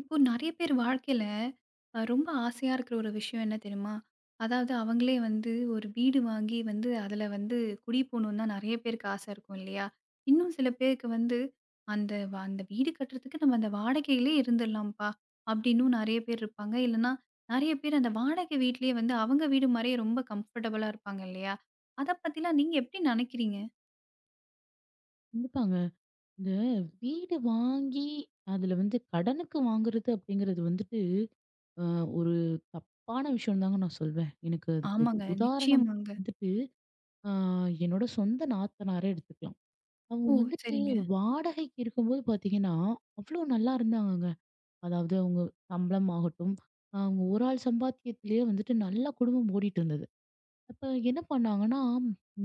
இப்போ நெறைய பேர் வாழ்க்கையில ரொம்ப ஆசையா இருக்கிற ஒரு விஷயம் என்ன தெரியுமா? அதாவது அவங்களே வந்து ஒரு வீடு வாங்கி வந்து அதுல வந்து குடி போணும்னு தான் நெறைய பேருக்கு ஆசை இருக்கும் இல்லையா? இன்னும் சில பேருக்கு வந்து அந்த வீடு கட்டுறதுக்கு நம்ம அந்த வாடகையிலே இருந்துடலாம்ப்பா அப்படின்னும் நெறைய பேர் இருப்பாங்க. இல்லைன்னா நெறைய பேர் அந்த வாடகை வீட்லயே வந்து அவங்க வீடு மாரியே ரொம்ப கம்ஃபர்டபுளா இருப்பாங்க இல்லையா? அத பத்திலாம் நீங்க எப்படி நினைக்கிறீங்க? கண்டிப்பாங்க. இந்த வீடு வாங்கி, அதுல வந்து கடனுக்கு வாங்குறது அப்படிங்கிறது வந்துட்டு, அ ஒரு தப்பான விஷயம் தாங்க நான் சொல்வேன். எனக்கு அதுக்கு ஒரு ஆமாங்க, உதாரணம் நிச்சயமாங்க. வந்துட்டு, அ என்னோட சொந்த நாத்தனாரே எடுத்துக்கலாம். அவங்க ஓ! வந்துட்டு சரிங்க, வாடகைக்கு இருக்கும்போது பார்த்தீங்கன்னா, அவ்வளோ நல்லா இருந்தாங்கங்க. அதாவது அவங்க சம்பளம் ஆகட்டும், அவங்க ஒரு ஆள் சம்பாத்தியத்திலேயே வந்துட்டு நல்லா குடும்பம் ஓடிட்டு இருந்தது. அப்ப என்ன பண்ணாங்கன்னா,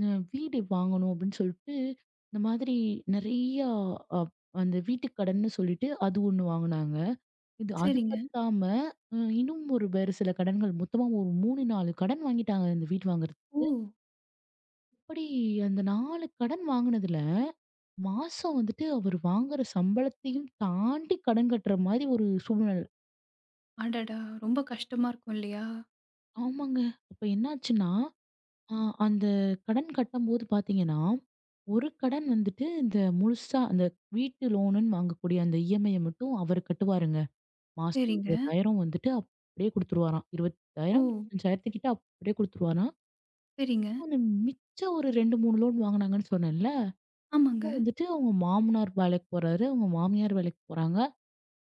ம் வீடு வாங்கணும் அப்படின்னு சொல்லிட்டு, இந்த மாதிரி நெறையா அப் அந்த வீட்டுக் கடன்னு சொல்லிட்டு அது ஒண்ணு வாங்குனாங்க. இது அது சரிங்க. பத்தாம, இன்னும் ஒரு வேறு சில கடன்கள் மொத்தமா ஒரு 3, 4 கடன் வாங்கிட்டாங்க இந்த வீடு வாங்குறதுக்கு. ஓ! அப்படி அந்த 4 கடன் வாங்குனதுல, மாசம் வந்துட்டு அவரு வாங்குற சம்பளத்தையும் தாண்டி கடன் கட்டுற மாரி ஒரு சூழ்நிலை. அடடா! ரொம்ப கஷ்டமா இருக்கும் இல்லையா? ஆமாங்க. அப்ப என்னாச்சுன்னா, அ அந்த கடன் கட்டம்போது பாத்தீங்கன்னா ஒரு கடன் வந்துட்டு இந்த முழுசா அந்த வீட்டு லோனுன்னு வாங்கக்கூடிய அந்த இஎம்ஐய மட்டும் அவரு கட்டுவாருங்க. மாசம் சரிங்க. 20,000 வந்துட்டு அப்படியே குடுத்துருவாராம். ஓ! 20,000, 25,000 கிட்ட அப்படியே குடுத்துருவாராம். சரிங்க. அந்த மிச்ச ஒரு 2, 3 லோன் வாங்குனாங்கன்னு சொன்னேன்ல, அத ஆமாங்க. வந்துட்டு அவங்க மாமனார் வேலைக்கு போறாரு, அவங்க மாமியார் வேலைக்கு போறாங்க.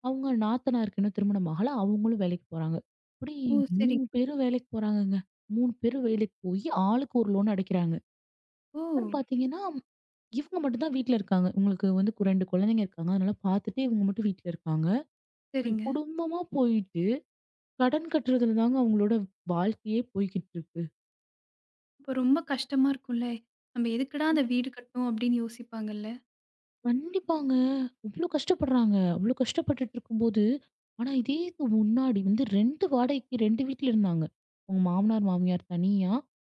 அவங்க நாத்தனாருக்கு இன்னும் திருமணம் ஆகல. அவங்களும் வேலைக்கு போறாங்க. இப்படி ஓ! சரிங்க. 3 பேரும் வேலைக்கு போறாங்கங்க. 3 பேரும் வேலைக்கு போயி ஆளுக்கு ஒரு லோன் அடைக்கிறாங்க. ஓ! அப்புறம் பார்த்தீங்கன்னா இவங்க மட்டும் தான் வீட்ல இருக்காங்க. இவங்களுக்கு வந்து 2 குழந்தைங்க இருக்காங்க. அதனால பார்த்துட்டு இவங்க மட்டும் வீட்ல இருக்காங்க. இப்டி சரிங்க. குடும்பமா போயிட்டு, கடன் கட்டுறதுல தாங்க அவங்களோட வாழ்க்கையே போய்க்கிட்டு இருக்கு. அப்ப ரொம்ப கஷ்டமா இருக்கும்ல. நம்ம எதுக்குடா அந்த வீடு கட்டணும் அப்படின்னு யோசிப்பாங்கல்ல. கண்டிப்பாங்க. இவ்ளோ கஷ்டப்படுறாங்க. அவ்ளோ கஷ்டப்பட்டுட்டு இருக்கும்போது, ஆனா இதே இது முன்னாடி வந்து 2 வாடகைக்கு 2 வீட்ல இருந்தாங்க. அவங்க மாமனார், மாமியார் தனியா,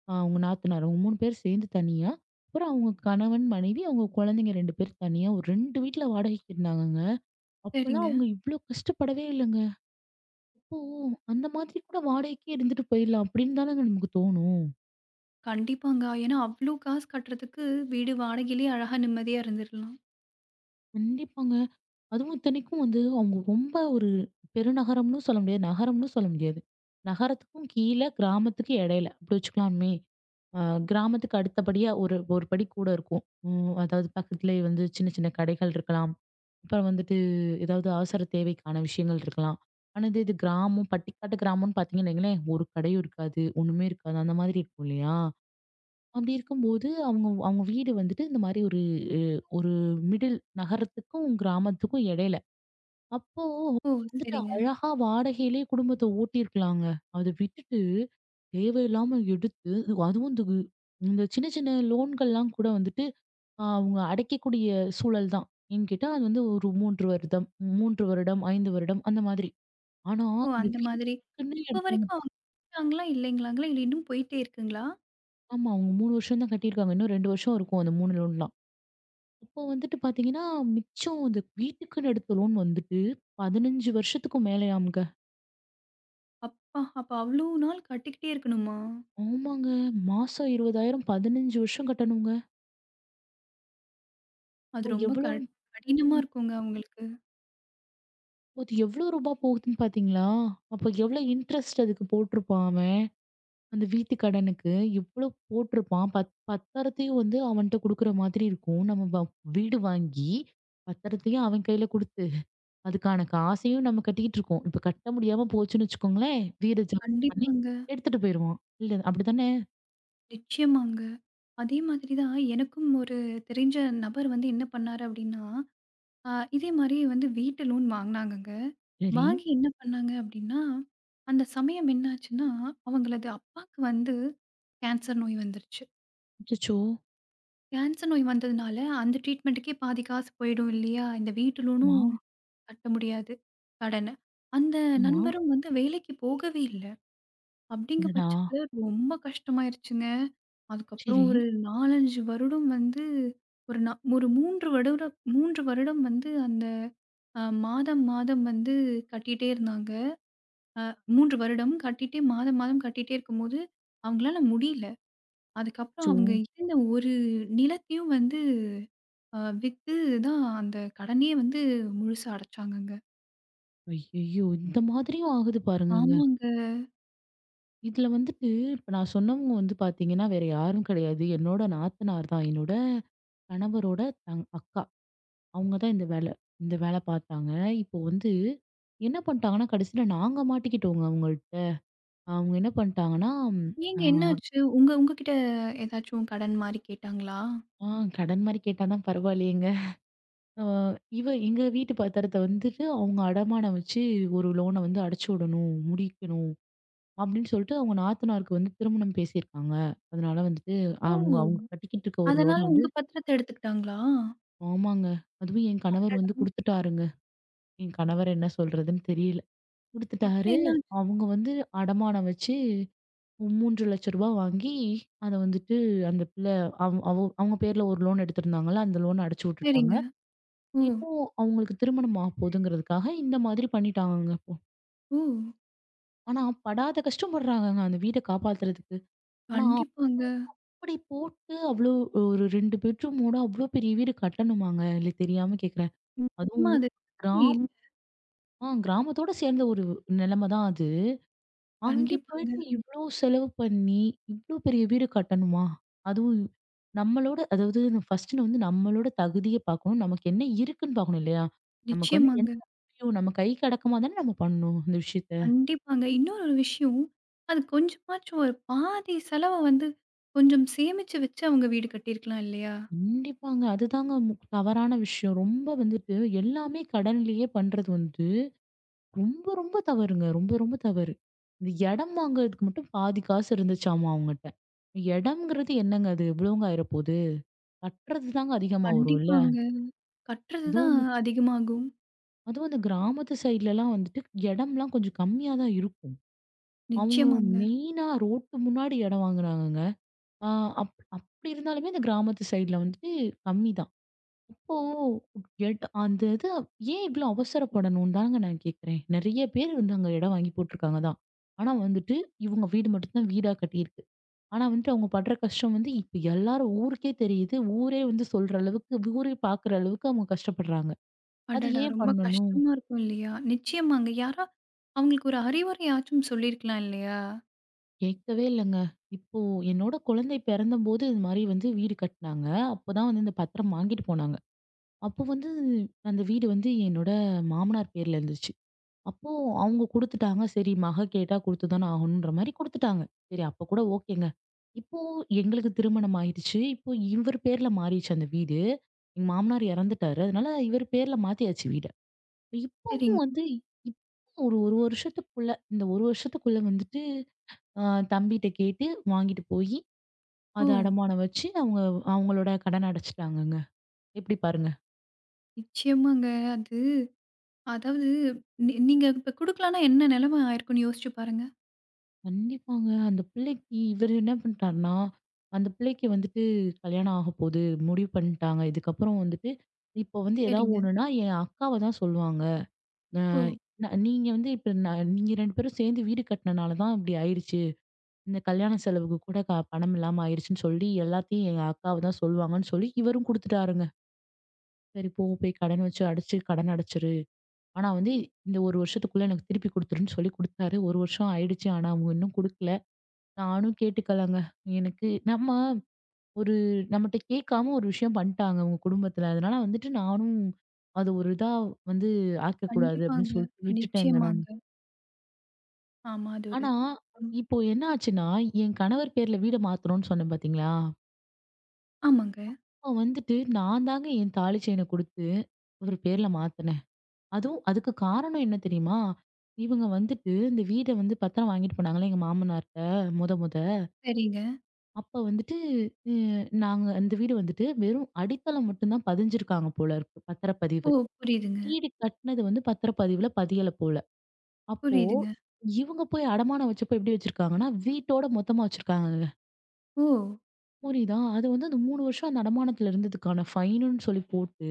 அவங்க நாத்தனார் அவங்க 3 பேரும் சேர்ந்து தனியா, அப்புறம் அவங்க கணவன், மனைவி, அவங்க குழந்தைங்க 2 பேர் தனியா ஒரு 2 வீட்ல வாடகைக்கு இருந்தாங்கங்க. அப்பலாம் சரிங்க. அவங்க இவ்ளோ கஷ்டப்படவே இல்லங்க. இப்போ அந்த மாதிரி கூட வாடகைக்கே இருந்துட்டு போயிடலாம் அப்படின்னு தானங்க நமக்கு தோணும். கண்டிப்பாங்க. ஏன்னா அவ்ளோ காசு கட்டுறதுக்கு வீடு வாடகையிலேயே அழகா நிம்மதியா இருந்துரலாம். கண்டிப்பாங்க. அதுவும் இத்தனைக்கும் வந்து அவங்க ரொம்ப ஒரு பெருநகரம்னு சொல்ல முடியாது. நகரம்னு சொல்ல முடியாது. நகரத்துக்கும் கீழ, கிராமத்துக்கு இடையில அப்படி வச்சுக்கலாமே. அ கிராமத்துக்கு அடுத்தபடியா ஒரு ஒரு படி கூட இருக்கும். ம் அதாவது பக்கத்திலேயே வந்து சின்ன சின்ன கடைகள் இருக்கலாம். அப்புறம் வந்துட்டு ஏதாவது அவசர தேவைக்கான விஷயங்கள் இருக்கலாம். ஆனா இது இது கிராமம், பட்டிக்காட்டு கிராமம்னு பார்த்தீங்கன்னு வைங்களேன், ஒரு கடையும் இருக்காது. ஒண்ணுமே இருக்காது. அந்த மாதிரி இருக்கும் இல்லையா? அப்படி இருக்கும்போது, அவங்க அவங்க வீடு வந்துட்டு இந்த மாரி ஒரு அ ஒரு மிடில் நகரத்துக்கும், கிராமத்துக்கும் இடையில. அப்போ ஓ! வந்துட்டு சரிங்க. அழகா வாடகையிலேயே குடும்பத்த ஓட்டியிருக்கலாங்க. அத விட்டுட்டு தேவையில்லாம எடுத்து, அதுவும் இந்த இந்த சின்ன சின்ன லோன்கள்லாம் கூட வந்துட்டு அவங்க அடைக்கக்கூடிய சூழல் தான். ஏன்னு கேட்டா, அது வந்து ஒரு 3 வருடம் 3 வருடம், 5 வருடம் அந்த மாதிரி. ஆனா ஓ! இந்த அந்த மாதிரி. வீட்டுக்குன்னு இப்ப எடுத்தவங்க வரைக்கும் அவங்க கட்டுறாங்களா இல்லைங்களாங்களா? இல்ல இன்னும் போயிட்டே இருக்குங்களா? ஆமா அவங்க 3 வருஷம் தான் கட்டியிருக்காங்க. இன்னும் 2 வருஷம் இருக்கும் அந்த 3 லோன்லாம். அப்போ வந்துட்டு பார்த்தீங்கன்னா, மிச்சம் அந்த வீட்டுக்குன்னு எடுத்த லோன் வந்துட்டு 15 வருஷத்துக்கும் மேலயாம்ங்க. அப்பா! அப்ப அவ்ளோ நாள் கட்டிக்கிட்டே இருக்கணுமா? ஆமாங்க. மாசம் 20,000 15 வருஷம் கட்டணுங்க. அது அப்போ ரொம்ப எவ்வளோன்னு கடினமா இருக்குங்க அவங்களுக்கு. அது எவ்வளோ ரூபா போகுதுன்னு பார்த்தீங்களா? அப்போ எவ்வளோ இன்ட்ரெஸ்ட் அதுக்கு போட்டிருப்பான் அவன். அந்த வீட்டு கடனுக்கு எவ்வளோ போட்டிருப்பான். பத்தரத்தையும் வந்து அவன்ட்ட குடுக்குற மாதிரி இருக்கும். நம்ம வீடு வாங்கி, பத்தரத்தையும் அவன் கையில குடுத்து அதுக்கான காசையும் நம்ம கட்டிக்கிட்டு இருக்கோம். இப்ப கட்ட முடியாம போச்சுன்னு வச்சுக்கோங்களேன், வீடு ஜப்தி பண்ணி கண்டிப்பாங்க. எடுத்துட்டு போயிருவான். இல்ல அப்படித்தானே? நிச்சயமாங்க. அதே மாதிரி தான் எனக்கும் ஒரு தெரிஞ்ச நபர் வந்து என்ன பண்ணாரு அப்டின்னா, அ இதே மாரி வந்து வீட்டு லோன் வாங்குனாங்கங்க. சரி. வாங்கி என்ன பண்ணாங்க அப்டின்னா, அந்த சமயம் என்னாச்சுன்னா, அவங்களது அப்பாக்கு வந்து கேன்சர் நோய் வந்துருச்சு. அச்சச்சோ! கேன்சர் நோய் வந்ததுனால அந்த ட்ரீட்மெண்ட்டுக்கே பாதி காசு போயிடும் இல்லையா? இந்த வீட்டு ஆமா, லோனும் கட்ட முடியாது கடன. அந்த ஆமா. நண்பரும் வந்து வேலைக்கு போகவே இல்ல. அப்படிங்க அடடா! பட்சத்தில ரொம்ப கஷ்டமாயிருச்சுங்க. அதுக்கப்புறம் சரி. ஒரு 4, 5 வருடம் வந்து ஒரு ஒரு 3 வருடம் 3 வருடம் வந்து அந்த மாதம், மாதம் வந்து கட்டிட்டே இருந்தாங்க. அ 3 வருடம் கட்டிட்டே மாதம், மாதம் கட்டிட்டே இருக்கும்போது, அவங்களால முடியல. அதுக்கப்புறம் அச்சோ! அவங்க இருந்த ஒரு நிலத்தையும் வந்து வித்து தான் அந்த கடனே வந்து முழுசா அடைச்சாங்கங்க. ஐயய்யோ! இந்த மாதிரியும் ஆகுது பாருங்கங்க. ஆமாங்க. இதுல வந்துட்டு இப்ப நான் சொன்னவங்க வந்து பார்த்தீங்கன்னா, வேற யாரும் கிடையாது. என்னோட நாத்தனார் தான். என்னோட கணவரோட அக்கா. அவங்க தான் இந்த வேலை பார்த்தாங்க. இப்போ வந்து என்ன பண்ணிட்டாங்கன்னா, கடைசியில நாங்க மாட்டிக்கிட்டோங்க அவங்கள்ட்ட. அவங்க என்ன பண்ணிட்டாங்கன்னா, ஏங்க ஆ என்னாச்சு? உங்க உங்ககிட்ட ஏதாச்சும் கடன் மாரி கேட்டாங்களா? ஆ கடன் மாரி கேட்டா தான் பரவாயில்லையேங்க. அ இவ எங்க வீட்டு பத்திரத்த வந்துட்டு அவங்க அடமானம் வச்சு ஒரு லோன வந்து அடைச்சு விடணும், முடிக்கணும் அப்படின்னு சொல்லிட்டு அவங்க நாத்தனாருக்கு வந்து திருமணம் பேசியிருக்காங்க. அதனால வந்துட்டு ஓ! அவங்க அவங்க கட்டிக்கிட்டு இருக்க ஒரு லோன அதனால வந்து உங்க பத்திரத்த எடுத்துக்கிட்டாங்களா? ஆமாங்க. அதுவும் என் கணவர் அடடா! வந்து குடுத்துட்டாருங்க. என் கணவர் என்ன சொல்றதுன்னு தெரியல. அப்புறம் குடுத்துட்டாரு. என்ன அவங்க வந்து அடமானம் வச்சு ரூ. 3,00,000 வாங்கி அத வந்துட்டு அந்த பிள்ளை அவ் அவ அவங்க பேர்ல ஒரு லோன் எடுத்திருந்தாங்கல்ல, அந்த லோன அடைச்சு விட்டுட்டாங்க. ஆச்சரியங்க? ஓ! இப்போ அவங்களுக்கு திருமணம் ஆக போதுங்கிறதுக்காக இந்த மாதிரி பண்ணிட்டாங்கங்க அப்போ. ஓ! ஆனா படாத கஷ்டப்படுறாங்கங்க அந்த வீட காப்பாத்துறதுக்கு. ஆனா கண்டிப்பாங்க. அப்படி போட்டு அவ்ளோ ஒரு 2 பெட்ரூமோட அவ்ளோ பெரிய வீடு கட்டணுமாங்க? இல்ல தெரியாம கேட்கிறேன். நிச்சயமா அதுவும் அது கிராமம் இல்ல. கிராமத்தோட சேர்ந்த ஒரு நிலைமை தான் அது. அங்கே கண்டிப்பாங்க. போயிட்டு இவ்ளோ செலவு பண்ணி, இவ்ளோ பெரிய வீடு கட்டணுமா? அதுவும் நம்மளோட அதாவது ஃபர்ஸ்ட்டு வந்து நம்மளோட தகுதிய பார்க்கணும். நமக்கு என்ன இருக்குன்னு பார்க்கணும் இல்லையா? நமக்கு வந்து நிச்சயமாங்க. என்ன முடியும்? நம்ம கைக்கு அடக்கமா தானே நம்ம பண்ணணும் இந்த விஷயத்த. கண்டிப்பாங்க. இன்னொரு விஷயம், அது கொஞ்சமாச்சும் ஒரு பாதி செலவ வந்து கொஞ்சம் சேமிச்சு வச்சு அவங்க வீடு கட்டியிருக்கலாம் இல்லையா? கண்டிப்பாங்க. அதுதாங்க தவறான விஷயம். ரொம்ப வந்துட்டு எல்லாமே கடன்லேயே பண்றது வந்து ரொம்ப, ரொம்ப தவறுங்க. ரொம்ப, ரொம்ப தவறு. இந்த இடம் வாங்குறதுக்கு மட்டும் பாதி காசு இருந்துச்சாமா அவங்கட்ட. இடம்ங்கிறது என்னங்க அது? எவ்வளோங்க ஆயிரப்போது? கட்டுறது தாங்க அதிகமா வரும் இல்ல? கண்டிப்பாங்க. கட்டுறது தான் அதுவும் அதிகமாகும். அதுவும் அந்த கிராமத்து சைட்லலாம் வந்துட்டு இடம்லாம் கொஞ்சம் கம்மியா தான் இருக்கும். அவங்க நிச்சயமாங்க. மெயினா ரோட்டு முன்னாடி இடம் வாங்குனாங்கங்க. ஆ அப் அப்படி இருந்தாலுமே அந்த கிராமத்து சைட்ல வந்துட்டு கம்மிதான். அப்போ எட் அந்த இது ஏன் இவ்வளோ அவசரப்படணும்னு தாங்க நான் கேட்கிறேன். நெறைய பேர் வந்து அங்க இடம் வாங்கி போட்டுருக்காங்க தான். ஆனா வந்துட்டு இவங்க வீடு மட்டும் தான் வீடா கட்டியிருக்கு. ஆனா வந்துட்டு அவங்க படுற கஷ்டம் வந்து இப்ப எல்லாரும் ஊருக்கே தெரியுது. ஊரே வந்து சொல்ற அளவுக்கு ஊரே பார்க்குற அளவுக்கு அவங்க கஷ்டப்படுறாங்க. அது அடடா! ஏன் ரொம்ப பண்ணணும்? கஷ்டமா இருக்கும் இல்லையா? நிச்சயமாங்க. யாரா அவங்களுக்கு ஒரு அறிவுரையாச்சும் சொல்லியிருக்கலாம் இல்லையா? கேட்கவே இல்லங்க. இப்போ என்னோட குழந்தை பிறந்தபோது இது மாரி வந்து வீடு கட்டுனாங்க. அப்பதான் வந்து இந்த பத்திரம் வாங்கிட்டு போனாங்க. அப்போ வந்து அந்த வீடு வந்து என்னோட மாமனார் பேர்ல இருந்துச்சு. அப்போ அவங்க குடுத்துட்டாங்க. சரி மக கேட்டா குடுத்துதான ஆகணுன்ற மாரி குடுத்துட்டாங்க. சரி அப்ப கூட ஓகேங்க. இப்போ எங்களுக்கு திருமணம் ஆயிடுச்சு. இப்போ இவர் பேர்ல மாறிடுச்சு அந்த வீடு. எங்க மாமனார் இறந்துட்டாரு. அதனால இவர் பேர்ல மாத்தியாச்சு வீட. இப்பவும் சரிங்க. வந்து இப்போ ஒரு 1 வருஷத்துக்குள்ள இந்த 1 வருஷத்துக்குள்ள வந்துட்டு ஆ தம்பிட்ட கேட்டு வாங்கிட்டு போயி, ஓ! அத அடமானம் வச்சு அவங்க அவங்களோட கடன அடைச்சுட்டாங்கங்க. எப்படி பாருங்க? நிச்சயமாங்க. அது அதாவது நீங்க இப்ப குடுக்கலன்னா என்ன நிலைமை ஆயிருக்கும்ன்னு யோசிச்சு பாருங்க. கண்டிப்பாங்க. அந்த பிள்ளைக்கு இவரு என்ன பண்ணிட்டாருன்னா, அந்த பிள்ளைக்கு வந்துட்டு கல்யாணம் ஆகப்போது முடிவு பண்ணிட்டாங்க. இதுக்கப்புறம் வந்துட்டு இப்போ வந்து ஏதாவது சரிங்க. ஒண்ணுன்னா என் அக்காவ தான் சொல்லுவாங்க. அ ஓ! ந நீங்க வந்து இப்ப நீங்க 2 பேரும் சேர்ந்து வீடு கட்டுனனால தான் இப்படி ஆயிடுச்சு. இந்த கல்யாண செலவுக்கு கூட பணம் இல்லாம ஆயிடுச்சுன்னு சொல்லி எல்லாத்தையும் எங்க அக்காவ தான் சொல்லுவாங்கன்னு சொல்லி இவரும் குடுத்துட்டாருங்க. சரி போ போய் கடன் வச்சு அடைச்சு கடன் அடைச்சிரு. ஆனா வந்து இந்த 1 வருஷத்துக்குள்ள எனக்கு திருப்பி குடுத்துருன்னு சொல்லி குடுத்தாரு. 1 வருஷம் ஆயிடுச்சு. ஆனா அவங்க இன்னும் குடுக்கல. நானும் கேட்டுக்கலங்க. எனக்கு நம்ம ஒரு நம்மட்ட கேட்காம ஒரு விஷயம் பண்ணிட்டாங்க அவங்க குடும்பத்துல. அதனால வந்துட்டு நானும் அது ஒரு இதா வந்து ஆக்கக்கூடாது அப்படின்னு கண்டிப்பாங்க. சொல்லிட்டு விட்டுட்டேங்க நானு. நிச்சயமாங்க. ஆமா. அது ஒரு ஆனா ம். இப்போ என்ன ஆச்சுன்னா, என் கணவர் பேர்ல வீட மாத்துறோம்ன்னு சொன்னேன் பாத்தீங்களா? ஆமாங்க. அப்ப வந்துட்டு நான் தாங்க என் தாலி செயின குடுத்து, அவரு பேர்ல மாத்துனேன். அதுவும் அதுக்கு காரணம் என்ன தெரியுமா? இவங்க வந்துட்டு இந்த வீட வந்து பத்திரம் வாங்கிட்டு போனாங்கல்ல எங்க மாமனார்ட்ட. முத முத. சரிங்க. அப்ப வந்துட்டு அ நாங்க அந்த வீடு வந்துட்டு வெறும் அடித்தளம் மட்டும் தான் பதிஞ்சிருக்காங்க போல இருக்கு. ஓ! பத்திரப்பதிவு. புரியுதுங்க, வீடு கட்டுனது வந்து பத்திரப்பதிவுல பதியல போல. அப்போ புரியுதுங்க. இவங்க போய் அடமானம் வச்சப்போ எப்படி வச்சிருக்காங்கன்னா, வீட்டோட மொத்தமா வச்சிருக்காங்கங்க. ஓ! புரியுதா? அது வந்து அந்த 3 வருஷம் அந்த அடமானத்துல இருந்ததுக்கான ஃபைனுன்னு சொல்லி போட்டு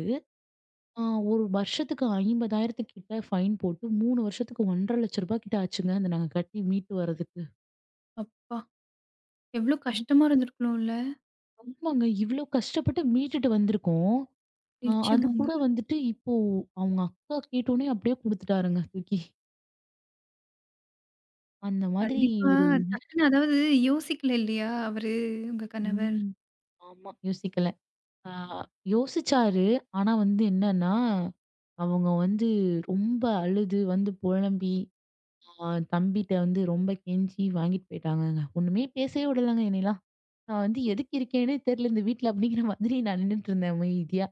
ஆ ஒரு வருஷத்துக்கு 50,000 கிட்ட ஃபைன் போட்டு 3 வருஷத்துக்கு 1,50,000 ரூபாய் கிட்ட ஆச்சுங்க. அத நாங்க கட்டி மீட்டு வரதுக்கு. அப்பா! எவ்ளோ இப் கஷ்டமா இருந்திருக்கணும்ல. ஆமாங்க. இவ்ளோ கஷ்டப்பட்டு மீட்டுட்டு வந்திருக்கோம். அது நிச்சயமாங்க. கூட வந்துட்டு இப்போ அவங்க அக்கா கேட்டோனே அப்படியே குடுத்துட்டாருங்க தூக்கி. அந்த மாதிரி கண்டிப்பா ஒரு டக்குன்னு அதாவது யோசிக்கல இல்லையா? அவரு உங்க கணவர். ம். ஆமா. யோசிக்கல. ஆ யோசிச்சாரு. ஆனா வந்து என்னன்னா, அவங்க வந்து ரொம்ப அழுது வந்து புலம்பி, ஆ தம்பிட்ட வந்து ரொம்ப கெஞ்சி வாங்கிட்டு போயிட்டாங்கங்க. ஒண்ணுமே பேசவே விடலங்க என்னையலாம். நான் வந்து எதுக்கு இருக்கேன்னே தெரியல இந்த வீட்ல அப்படிங்கிற மாதிரி நான் நின்னுட்டு இருந்தேன் அமைதியா.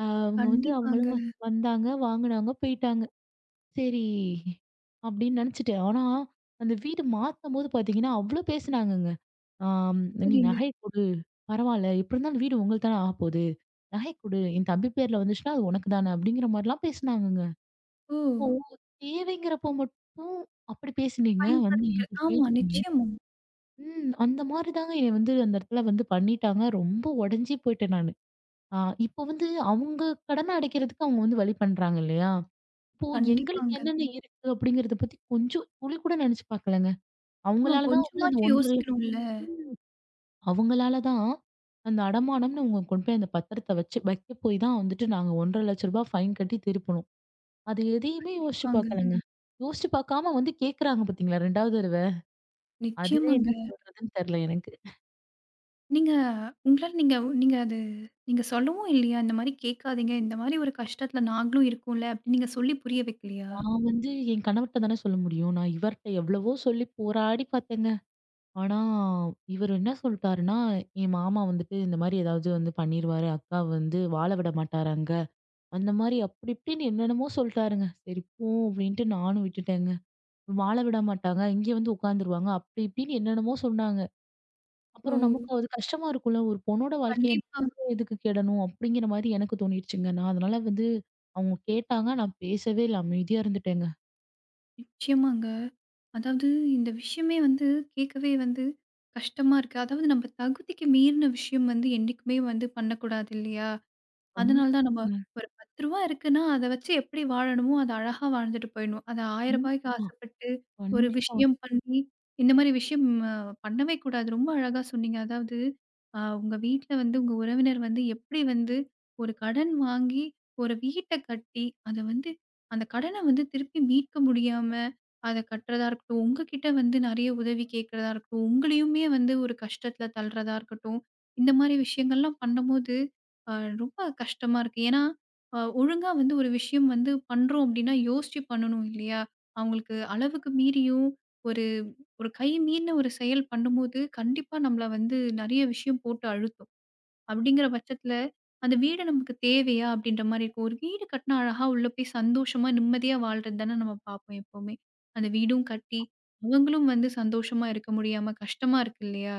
அவங்க வந்து கண்டிப்பாங்க. அவங்களும் வந்தாங்க, வாங்குனாங்க, போயிட்டாங்க. சரி அப்படின்னு நினைச்சுட்டேன். ஆனா, அந்த வீடு மாத்தும்போது பார்த்தீங்கன்னா, அவ்ளோ பேசுனாங்கங்க. ஆம் "நீ சரிங்க. நகை கொடு, பரவால்ல எப்படி இருந்தாலும் வீடு உங்களுக்கு தானே ஆகப்போது. நகை கொடு, என் தம்பி பேர்ல வந்துச்சுன்னா அது உனக்கு தானே" அப்படிங்கிற மாரிலாம் பேசுனாங்கங்க. ஓ! அப்போ தேவைங்கிறப்போ மட்டும் அப்படி பேசுனீங்க, வந்து பயன்படுத்திக்க என்ட்ட ஆமா. கேட்டீங்க. நிச்சயமா. ம். அந்த மாரி தாங்க என்னைய வந்து அந்த இடத்துல வந்து பண்ணிட்டாங்க. ரொம்ப உடைஞ்சு போயிட்டேன் நானு. ஆ இப்ப வந்து அவங்க கடன அடைக்கிறதுக்கு அவங்க வந்து வழி பண்றாங்க இல்லையா? இப்போ எங்களுக்கு கண்டிப்பாங்க. என்னென்ன இருக்கு அப்படிங்கிறத பத்தி கொஞ்சம் துளி கூட நினைச்சு பார்க்கலங்க. ஆமா. அவங்களால தான் வந்து அந்த கொஞ்சமாச்சும் 1 1/2 யோசிக்கணும்ல. அவங்களால தான் அந்த அடமானம்னு அவங்க கொண்டு போய் அந்த பத்திரத்த வச்சு வைக்க போய் தான் வந்துட்டு நாங்க ரூ. 1 1/2 ஃபைன் கட்டி திருப்பணும். அது எதையுமே யோசிச்சு கண்டிப்பாங்க. பார்க்கலங்க. யோசிச்சு பார்க்காம வந்து கேட்கறாங்க பார்த்தீங்களா 2ஆவது தடவ. அதுவே என்ன நிச்சயமாங்க. சொல்றதுன்னு தெரியல எனக்கு. நீங்க உங்களால நீங்க நீங்க அது நீங்க சொல்லவும் இல்லையா? இந்த மாரி கேட்காதீங்க. இந்த மாரி ஒரு கஷ்டத்துல நாங்களும் இருக்கோம்ல. அப்படின்னு நீங்க சொல்லி புரிய வைக்கலையா? நான் வந்து என் கணவர்ட்ட தானே சொல்ல முடியும். நான் இவர்ட்ட எவ்வளவோ சொல்லி போராடி பார்த்தேங்க. ஆனா, இவரு என்ன சொல்ட்டாருன்னா, என் மாமா வந்துட்டு இந்த மாரி ஏதாவது வந்து பண்ணிருவாரு. அக்காவ வந்து வாழ விட மாட்டாராங்க. அந்த மாரி அப்படி இப்படின்னு என்னென்னமோ சொல்ட்டாருங்க. சரி போ அப்படின்ட்டு நானும் விட்டுட்டேங்க. வாழ விட மாட்டாங்க. இங்கே வந்து உட்காந்துருவாங்க. அப்படி இப்படின்னு என்னென்னமோ சொன்னாங்க. ஓ! அப்புறம் நமக்கு அது கஷ்டமா இருக்கும்ல. ஒரு பொண்ணோட வாழ்க்கைய கண்டிப்பா. எதுக்கு கெடணும் அப்படிங்கிற மாரி எனக்கு தோணிடுச்சுங்க. நான் அதனால வந்து அவங்க கேட்டாங்க. நான் பேசவே இல்ல. அமைதியா இருந்துட்டேங்க. நிச்சயமாங்க. அதாவது இந்த விஷயமே வந்து கேட்கவே வந்து கஷ்டமா இருக்கு. அதாவது நம்ம தகுதிக்கு மீறின விஷயம் வந்து என்னைக்குமே வந்து பண்ணக்கூடாது இல்லையா? அதனால தான் நம்ம ஒரு ரூ. 10 இருக்குன்னா, அத வச்சு எப்படி வாழணுமோ, அத அழகா வாழ்ந்துட்டு போயிடணும். அத ரூ. 1000க்கு கண்டிப்பா, ஆசைப்பட்டு, ஒரு கண்டிப்பா, விஷயம் பண்ணி, இந்த மாரி விஷயம் பண்ணவே கூடாது. ரொம்ப அழகா சொன்னீங்க. அதாவது, உங்க வீட்ல வந்து உங்க உறவினர் வந்து எப்படி வந்து ஒரு கடன் வாங்கி, ஒரு வீட்ட கட்டி, அத வந்து அந்த கடன வந்து திருப்பி மீட்க முடியாம, அத கட்டுறதா இருக்கட்டும், உங்ககிட்ட வந்து நெறைய உதவி கேட்கிறதா இருக்கட்டும், உங்களையுமே வந்து ஒரு கஷ்டத்துல தள்றதா இருக்கட்டும், இந்த மாரி விஷயங்கள்லாம் பண்ணும்போது, அ ரொம்ப கஷ்டமா இருக்கு. ஏன்னா, ஒழுங்கா வந்து ஒரு விஷயம் வந்து பண்றோம் அப்டின்னா, யோசிச்சு பண்ணணும் இல்லையா? அவங்களுக்கு அளவுக்கு மீறியும், ஒரு ஒரு கை மீறின ஒரு செயல் பண்ணும்போது, கண்டிப்பா நம்மள வந்து நெறைய விஷயம் போட்டு அழுத்தும். அப்டிங்கிற பட்சத்துல, அந்த வீடு நமக்கு தேவையா? அப்டின்ற மாரி இருக்கும். ஒரு வீடு கட்டினா அழகா உள்ள போய் சந்தோஷமா, நிம்மதியா வாழ்றது தானே நம்ம பார்ப்போம் எப்பவுமே. அந்த வீடும் கட்டி, அவங்களும் வந்து சந்தோஷமா இருக்க முடியாம கஷ்டமா இருக்கு இல்லையா?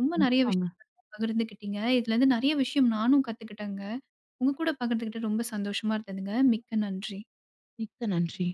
ரொம்ப நெறைய விஷயம் கண்டிப்பாங்க. பகிர்ந்துக்கிட்டீங்க. இதுலருந்து நெறைய விஷயம் நானும் கத்துக்கிட்டேங்க. உங்க கூட பகிர்ந்துக்கிட்டு ரொம்ப சந்தோஷமா இருந்ததுங்க. மிக்க நன்றி. மிக்க நன்றி.